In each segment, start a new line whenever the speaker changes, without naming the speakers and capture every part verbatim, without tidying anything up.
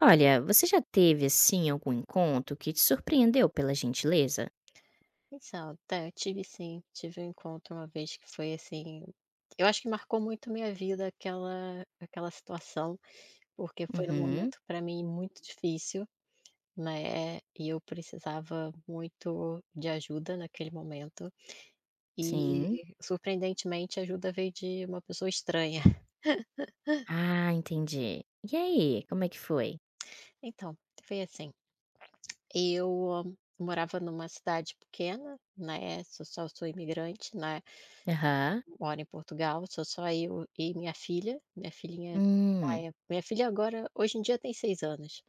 Olha, você já teve, assim, algum encontro que te surpreendeu pela gentileza?
Então, tá, eu tive, sim, tive um encontro uma vez que foi assim, eu acho que marcou muito minha vida aquela aquela situação, porque foi um
Uhum,
momento para mim muito difícil, né, e eu precisava muito de ajuda naquele momento,
sim.
e surpreendentemente a ajuda veio de uma pessoa estranha.
Ah, entendi. E aí, como é que foi?
Então, foi assim, eu ah, morava numa cidade pequena, né, sou só, sou imigrante, né,
Aham.
moro em Portugal, sou só eu e minha filha. Minha filhinha, Hum. Na
Hum,
época, minha filha, agora, hoje em dia, tem seis anos.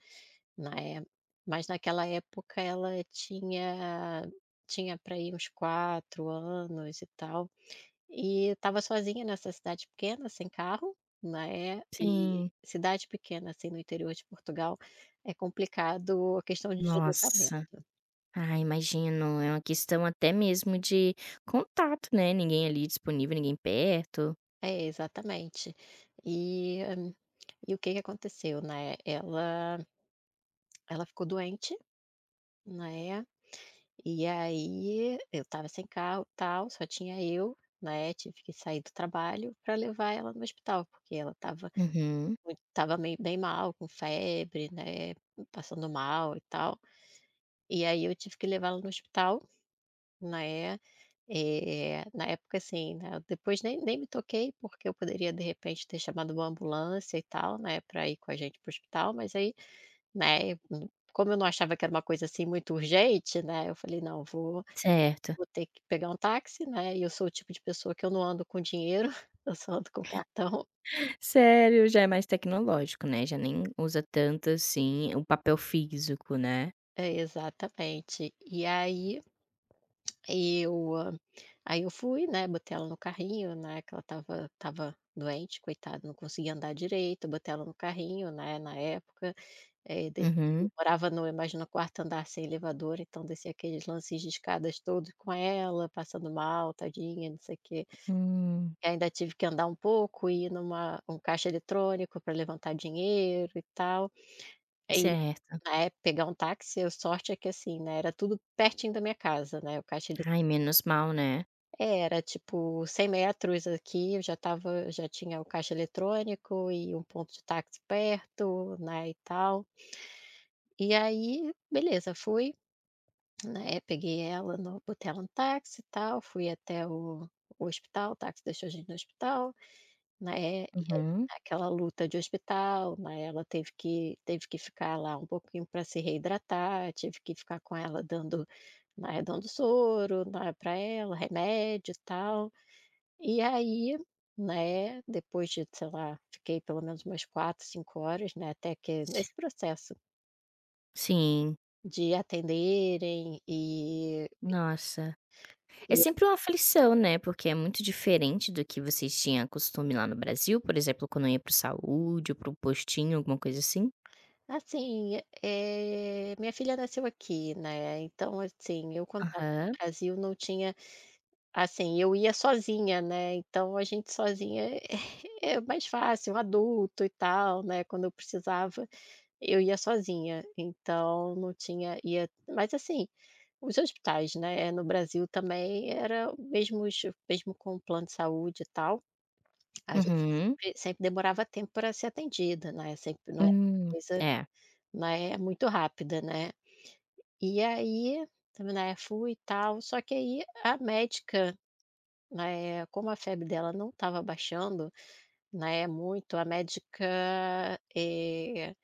Na é Mas naquela época ela tinha tinha para ir uns quatro anos e tal, e estava sozinha nessa cidade pequena, sem carro, né, e
sim.
cidade pequena, assim, no interior de Portugal, é complicado a questão de deslocamento.
Nossa. Ah, imagino. É uma questão até mesmo de contato, né? Ninguém ali disponível, ninguém perto.
É, exatamente. E hum, e o que que aconteceu, né, ela Ela ficou doente, né, e aí eu estava sem carro, tal, só tinha eu, né, tive que sair do trabalho para levar ela no hospital, porque ela estava
Uhum.
mui estava meio bem mal, com febre, né, passando mal e tal. E aí eu tive que levá-la no hospital, né, eh, na época, assim, né, depois nem nem me toquei, porque eu poderia, de repente, ter chamado uma ambulância e tal, né, pra ir com a gente pro hospital, mas aí, né, hum, como eu não achava que era uma coisa, assim, muito urgente, né, eu falei: "Não, vou
Certo.
vou ter que pegar um táxi", né, e eu sou o tipo de pessoa que eu não ando com dinheiro, eu só ando com cartão.
Sério, já é mais tecnológico, né? Já nem usa tanto, assim, o papel físico, né?
É, exatamente. E aí eu ah, aí eu fui, né, botei ela no carrinho, né, que ela estava estava doente, coitada, não conseguia andar direito, botei ela no carrinho, né, na época. É, desci, eu
Uhum.
morava no mais no quarto andar sem elevador, então descia aqueles lances de escadas todos com ela, passando mal, tadinha, não sei o quê.
Hum,
E ainda tive que andar um pouco, ir numa, um caixa eletrônico para levantar dinheiro e tal. Aí,
certo.
na época, pegar um táxi, a sorte é que, assim, né, era tudo pertinho da minha casa, né, o caixa, ele,
Ai, menos mal, né.
é, era tipo cem metros aqui, eu já estava já tinha o caixa eletrônico e um ponto de táxi perto, né, e tal. E aí, beleza, fui, né, peguei ela no, botei ela no táxi e tal, fui até o o hospital, o táxi deixou a gente no hospital, né, e aí
Uhum.
aquela luta de hospital, né, ela teve que teve que ficar lá um pouquinho para se reidratar, tive que ficar com ela dando, né, dando soro, né, para ela, remédio e tal. E aí, né, depois de, sei lá, fiquei pelo menos umas quatro, cinco horas, né, até que
Si
nesse processo
Sim,
de atenderem.
nossa. É
E
sempre uma aflição, né, porque é muito diferente do que vocês tinham costume lá no Brasil, por exemplo, quando eu ia para o saúde ou para um postinho, alguma coisa assim?
assim, eh, minha filha nasceu aqui, né, então, assim, eu quando estava
Aham.
no Brasil não tinha, assim, eu ia sozinha, né, então a gente sozinha é é mais fácil, um adulto e tal, né, quando eu precisava, eu ia sozinha, então não tinha, ia, mas assim, os hospitais, né, no Brasil também era mesmos mesmo os- mesmo com o plano de saúde e tal, a gente
Uhum.
sempre sempre demorava tempo para ser atendida, né, sempre, não é
Hum,
uma coisa,
é.
não é muito rápida, né. E aí, né, fui e tal, só que aí a médica, né, como a febre dela não estava baixando, né, muito, a médica, eh,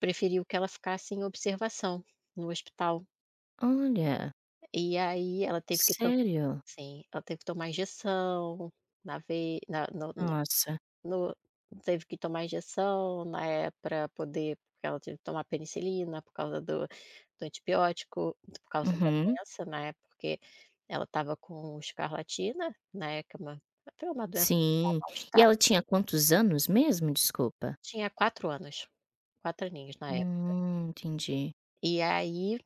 preferiu que ela ficasse em observação no hospital.
Olha,
E aí ela teve que tomar,
sério?
sim, ela teve que tomar injeção na vei na
Nossa.
No teve que tomar injeção, né, para poder, porque ela teve que tomar penicilina por causa do do antibiótico, por causa da
Uhum.
doença, né, porque ela estava com escarlatina, né, que é uma, até uma doença que dá
Sim. E
mal-estar.
ela tinha quantos anos mesmo? Desculpa.
Tinha quatro anos, quatro aninhos na época.
Hum, entendi.
E aí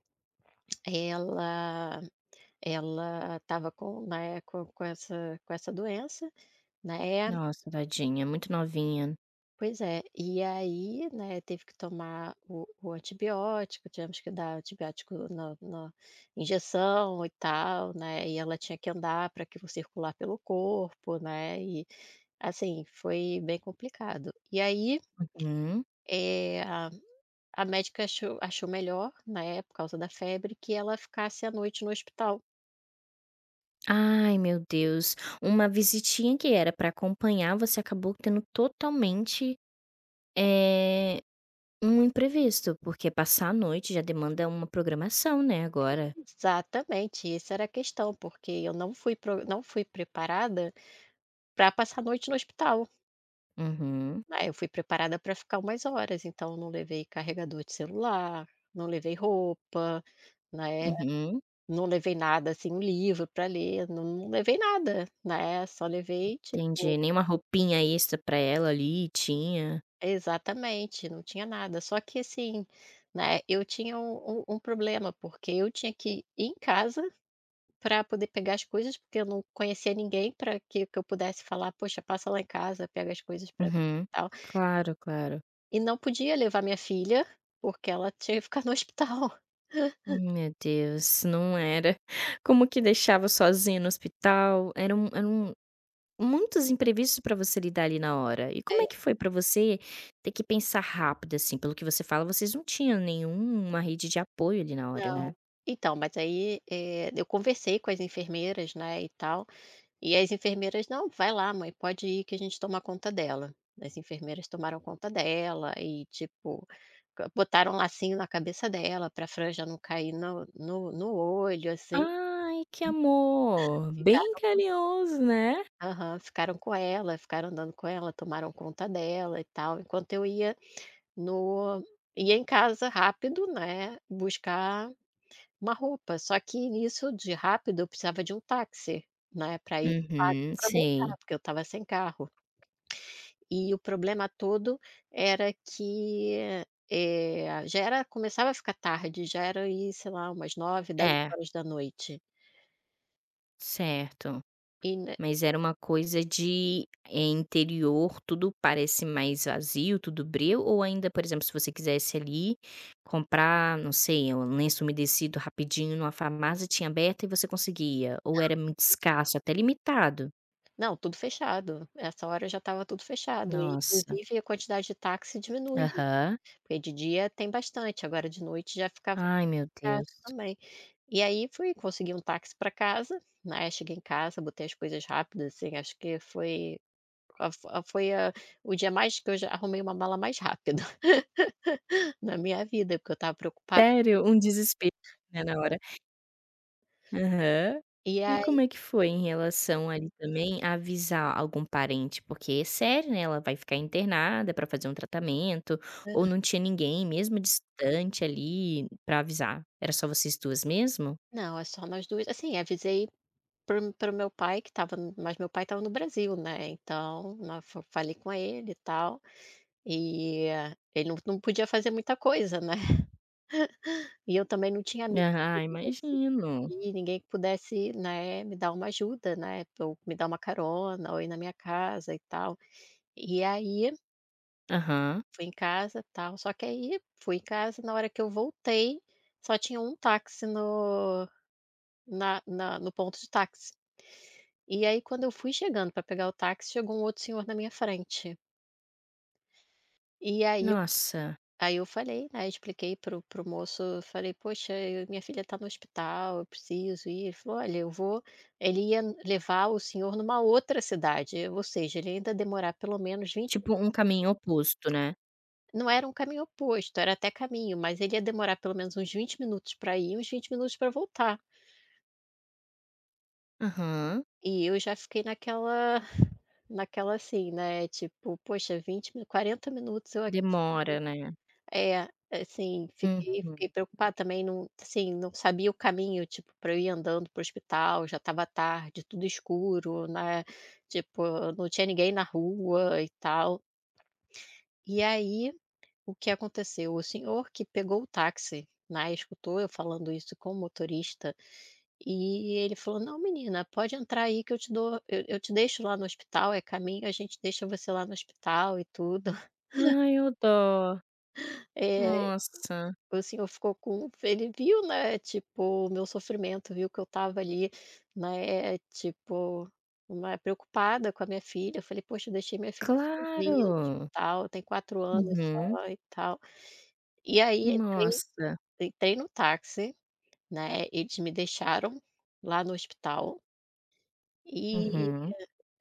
ela ela estava com, né, com com essa, com essa doença, né.
Nossa, tadinha, muito novinha.
Pois é, e aí, né, teve que tomar o o antibiótico, tivemos que dar antibiótico na na injeção e tal, né, e ela tinha que andar para aquilo circular pelo corpo, né, e assim, foi bem complicado. E aí,
Uhum.
eh, a a médica achou achou melhor, né, por causa da febre, que ela ficasse à noite no hospital.
Ai, meu Deus. Uma visitinha que era para acompanhar, você acabou tendo totalmente, eh, um imprevisto, porque passar a noite já demanda uma programação, né, agora.
Exatamente, essa era a questão, porque eu não fui pro não fui preparada para passar a noite no hospital.
Uhum,
É, eu fui preparada para ficar umas horas, então eu não levei carregador de celular, não levei roupa, né,
uhum,
não levei nada, assim, um livro para ler, não não levei nada, né, só levei ti
entendi. Nem uma roupinha extra para ela ali tinha.
exatamente, não tinha nada. Só que assim, né, eu tinha um um um problema, porque eu tinha que ir em casa para poder pegar as coisas, porque eu não conhecia ninguém para que que eu pudesse falar: "Poxa, passa lá em casa, pega as coisas para mim",
Uhum.
e tal.
Claro, claro.
E não podia levar minha filha, porque ela tinha que ficar no hospital.
Hum, meu Deus, não era. Como que deixava sozinha no hospital? Era um era um Muitos imprevistos para você lidar ali na hora. E como é
É.
que foi para você ter que pensar rápido, assim? Pelo que você fala, vocês não tinham nenhuma rede de apoio ali na hora, né?
Não. Então, mas aí, eh, eu conversei com as enfermeiras, né, e tal, e as enfermeiras: "Não, vai lá, mãe, pode ir que a gente toma conta dela". As enfermeiras tomaram conta dela e, tipo, ca botaram um lacinho na cabeça dela para a franja não cair no no no olho, assim,
Ai, que amor! Bem
ficaram com,
carinhoso, né?
aham, ficaram com ela, ficaram andando com ela, tomaram conta dela e tal, enquanto eu ia no ia em casa rápido, né, buscar uma roupa, só que nisso de rápido eu precisava de um táxi, né, para ir de táxi,
Uhum,
pra voltar,
sei.
porque eu estava sem carro. E o problema todo era que, eh, já era começava a ficar tarde, já era aí, sei lá, umas nove, dez
É,
horas da noite.
certo.
E ne
Mas era uma coisa de, eh, interior, tudo parece mais vazio, tudo breu, ou ainda, por exemplo, se você quisesse ali comprar, não sei, um lenço umedecido rapidinho numa farmácia, tinha aberta e você conseguia, ou era muito escasso, até limitado?
Não, tudo fechado, essa hora já estava tudo fechado e
Nossa.
inclusive a quantidade de táxi diminui, né,
Aham.
porque de dia tem bastante, agora de noite já ficava.
Ai, meu
Casa
Deus.
também. E aí, fui, consegui um táxi para casa, né, cheguei em casa, botei as coisas rápidas, assim, acho que foi a a foi a o dia mais que eu já arrumei uma mala mais rápida na minha vida, porque eu estava preocupada.
Sério? Um desespero, né, na hora. Aham.
E
E como
aí,
é que foi em relação ali também a avisar algum parente? Porque é sério, né, ela vai ficar internada pra fazer um tratamento, ou não tinha ninguém mesmo distante ali pra avisar? Era só vocês duas mesmo?
não, é só nós duas, assim, avisei para o para o meu pai que estava, mas meu pai estava no Brasil, né, então, na fa falei com ele e tal, e eh, ele não não podia fazer muita coisa, né. E eu também não tinha amigos,
Ah,
assim,
imagino.
e ninguém que pudesse, né, me dar uma ajuda, né, ou me dar uma carona, ou ir na minha casa e tal. E aí,
Aham.
fui em casa, tal, só que aí, fui em casa, na hora que eu voltei, só tinha um táxi no na na no ponto de táxi. E aí, quando eu fui chegando para pegar o táxi, chegou um outro senhor na minha frente. E aí
Nossa,
Aí eu falei, né, expliquei pro pro moço, eu falei: "Poxa, eu, minha filha tá no hospital, eu preciso ir". Ele falou: "Olha, eu vou", ele ia levar o senhor numa outra cidade, ou seja, ele ia ainda demorar pelo menos vinte.
tipo um caminho oposto, né?
Não era um caminho oposto, era até caminho, mas ele ia demorar pelo menos uns vinte minutos para ir e uns vinte minutos para voltar.
Aham.
E eu já fiquei naquela naquela, assim, né, tipo: "Poxa, vinte, mi quarenta minutos eu aqui".
Demora, né?
É, assim, fiquei fiquei
Uhum.
preocupada também, não, assim, não sabia o caminho, tipo, para eu ir andando pro hospital, já estava tarde, tudo escuro, né, tipo, não tinha ninguém na rua e tal. E aí, o que aconteceu? O senhor que pegou o táxi, né, escutou eu falando isso com o motorista, e ele falou: "Não, menina, pode entrar aí que eu te dou, eu eu te deixo lá no hospital, é caminho, a gente deixa você lá no hospital e tudo".
Ai, ô dó.
É,
Nossa.
o senhor ficou com ele, viu, né, tipo, o meu sofrimento, viu que eu tava ali, né, tipo, uma, preocupada com a minha filha. Eu falei: "Poxa, eu deixei minha filha sozinha no
Claro.
hospital, tem quatro anos
Uhum.
só e tal". E aí, entrei
Nossa.
entrei no táxi, né, eles me deixaram lá no hospital, e
Uhum.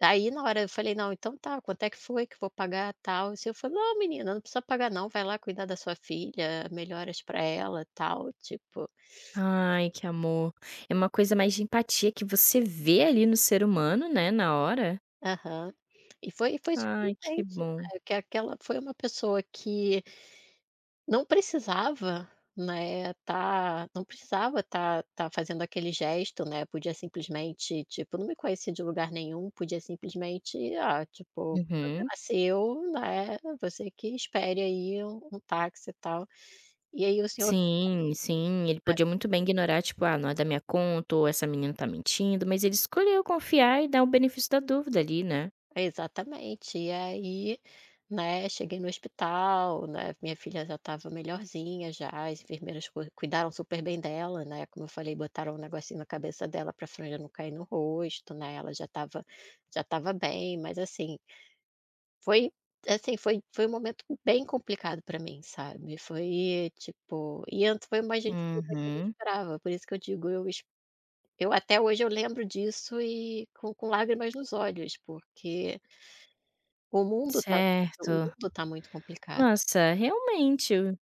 aí na hora eu falei: "Não, então tá, quanto é que foi que eu vou pagar, tal?". E o senhor falou: "Não, menina, não precisa pagar não, vai lá cuidar da sua filha, melhoras pra ela, tal", tipo.
Ai, que amor. É uma coisa mais de empatia que você vê ali no ser humano, né, na hora.
Aham. E foi foi
Ai, que
surpreendente,
bom.
né, que aquela foi uma pessoa que não precisava, né, tá não precisava, tá tá fazendo aquele gesto, né, podia simplesmente, tipo, não me conhecia de lugar nenhum, podia simplesmente: "Ah, tipo, o
Uhum.
problema é seu, né, você que espere aí um um táxi e tal". E aí o senhor, né.
Sim, sim, ele podia muito bem ignorar, tipo, ah, não é da minha conta, ou essa menina tá mentindo, mas ele escolheu confiar e dar o benefício da dúvida ali, né.
Exatamente. E aí, né, cheguei no hospital, né, minha filha já estava melhorzinha já, as enfermeiras cui cuidaram super bem dela, né, como eu falei, botaram um negocinho na cabeça dela para a franja não cair no rosto, né, ela já estava já estava bem, mas assim, foi assim, foi foi um momento bem complicado para mim, sabe. Foi, tipo, e antes foi uma gentileza que eu não
Uhum.
esperava, por isso que eu digo, eu es eu até hoje eu lembro disso e com com lágrimas nos olhos, porque o mundo tá o
Certo.
mundo tá muito complicado.
Nossa, realmente,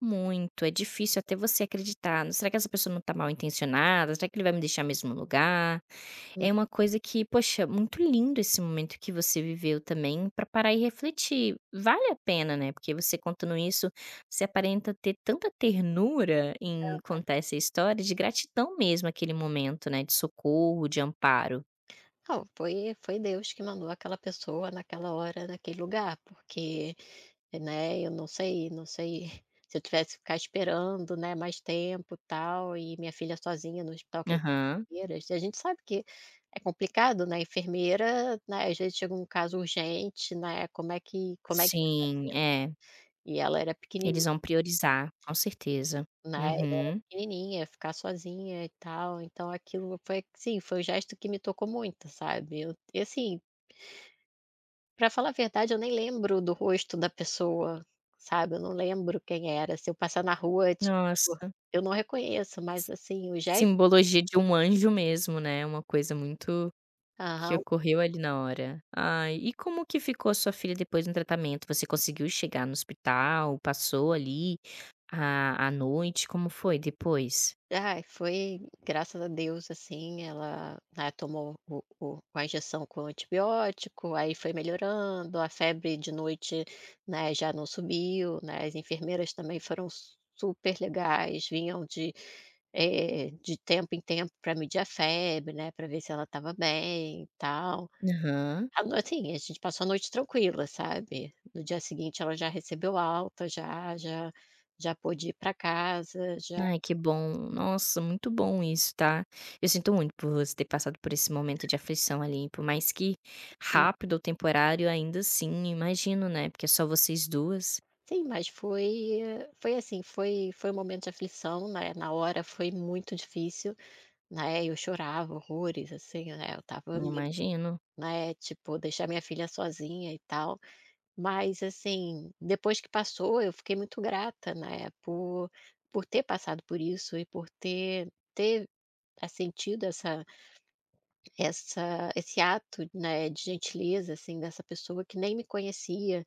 muito. É difícil até você acreditar, "Será que essa pessoa não tá mal intencionada? Será que ele vai me deixar no mesmo lugar?" É uma coisa que, poxa, muito lindo esse momento que você viveu também, para parar e refletir. Vale a pena, né, porque você contando isso, você aparenta ter tanta ternura em contar essa história, de gratidão mesmo aquele momento, né, de socorro, de amparo.
Então, foi foi Deus que mandou aquela pessoa naquela hora, naquele lugar, porque, né, eu não sei não sei se eu tivesse que ficar esperando, né, mais tempo, tal, e minha filha sozinha no hospital com as
Aham.
enfermeiras, e a gente sabe que é complicado, né, enfermeira, né, às vezes chega um caso urgente, né, como é que como é que ia
Sim,
fazer?
é.
E ela era pequeni
Eles vão priorizar, com certeza.
Né, eu era
Uhum.
pequenininha, ficar sozinha e tal, então aquilo foi, sim, foi um gesto que me tocou muito, sabe. Eu, e assim, pra falar a verdade, eu nem lembro do rosto da pessoa, sabe, eu não lembro quem era. Se eu passar na rua, tipo,
Nossa,
eu não reconheço, mas assim, o gesto.
simbologia de um anjo mesmo, né, é uma coisa muito Que ocorreu ali na hora. Ai, e como que ficou a sua filha depois no tratamento? Você conseguiu chegar no hospital? Passou ali a a noite? Como foi depois?
Ai, foi graças a Deus, assim, ela, ah, tomou o o a injeção com antibiótico, aí foi melhorando, a febre de noite, né, já não subiu, né, as enfermeiras também foram su- super legais, vinham de, eh, de tempo em tempo para medir a febre, né, para ver se ela estava bem e tal.
Aham.
A no Assim, a gente passou a noite tranquila, sabe. No dia seguinte ela já recebeu alta, já já já pôde ir para casa, já.
Ai, que bom. Nossa, muito bom isso, tá. Eu sinto muito por você ter passado por esse momento de aflição ali, por mais que rápido ou temporário, ainda assim, imagino, né, porque é só vocês duas,
Sim, mas foi eh, foi assim, foi foi um momento de aflição, né, na hora foi muito difícil, né, eu chorava horrores, assim, né, eu tava meio,
Imagino.
né, tipo, deixar minha filha sozinha e tal, mas assim, depois que passou eu fiquei muito grata, né, por por ter passado por isso e por ter ter, assim, tido essa essa esse ato, né, de gentileza, assim, dessa pessoa que nem me conhecia,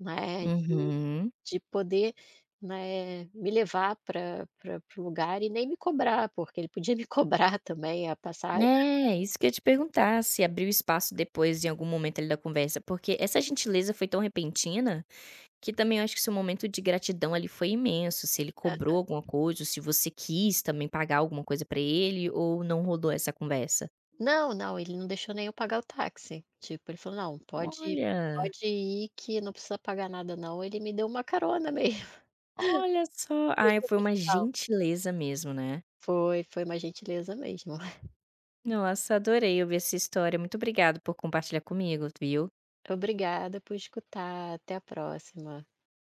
né,
Uhum.
de poder, né, me levar pra para o lugar e nem me cobrar, porque ele podia me cobrar também a passagem.
É, isso que eu ia te perguntar, se abriu espaço depois em algum momento ali da conversa, porque essa gentileza foi tão repentina, que também eu acho que seu momento de gratidão ali foi imenso, se ele
Ah,
cobrou alguma coisa, ou se você quis também pagar alguma coisa pra ele, ou não rodou essa conversa?
não, não, ele não deixou nem eu pagar o táxi. Tipo, ele falou: "Não, pode
Olha,
pode ir que não precisa pagar nada não". Ele me deu uma carona mesmo,
olha só,
me
ai
deixou
foi
no
uma
hospital.
gentileza mesmo, né.
Foi, foi uma gentileza mesmo.
Nossa, adorei ouvir essa história, muito obrigado por compartilhar comigo, viu.
Obrigada por escutar, até a próxima.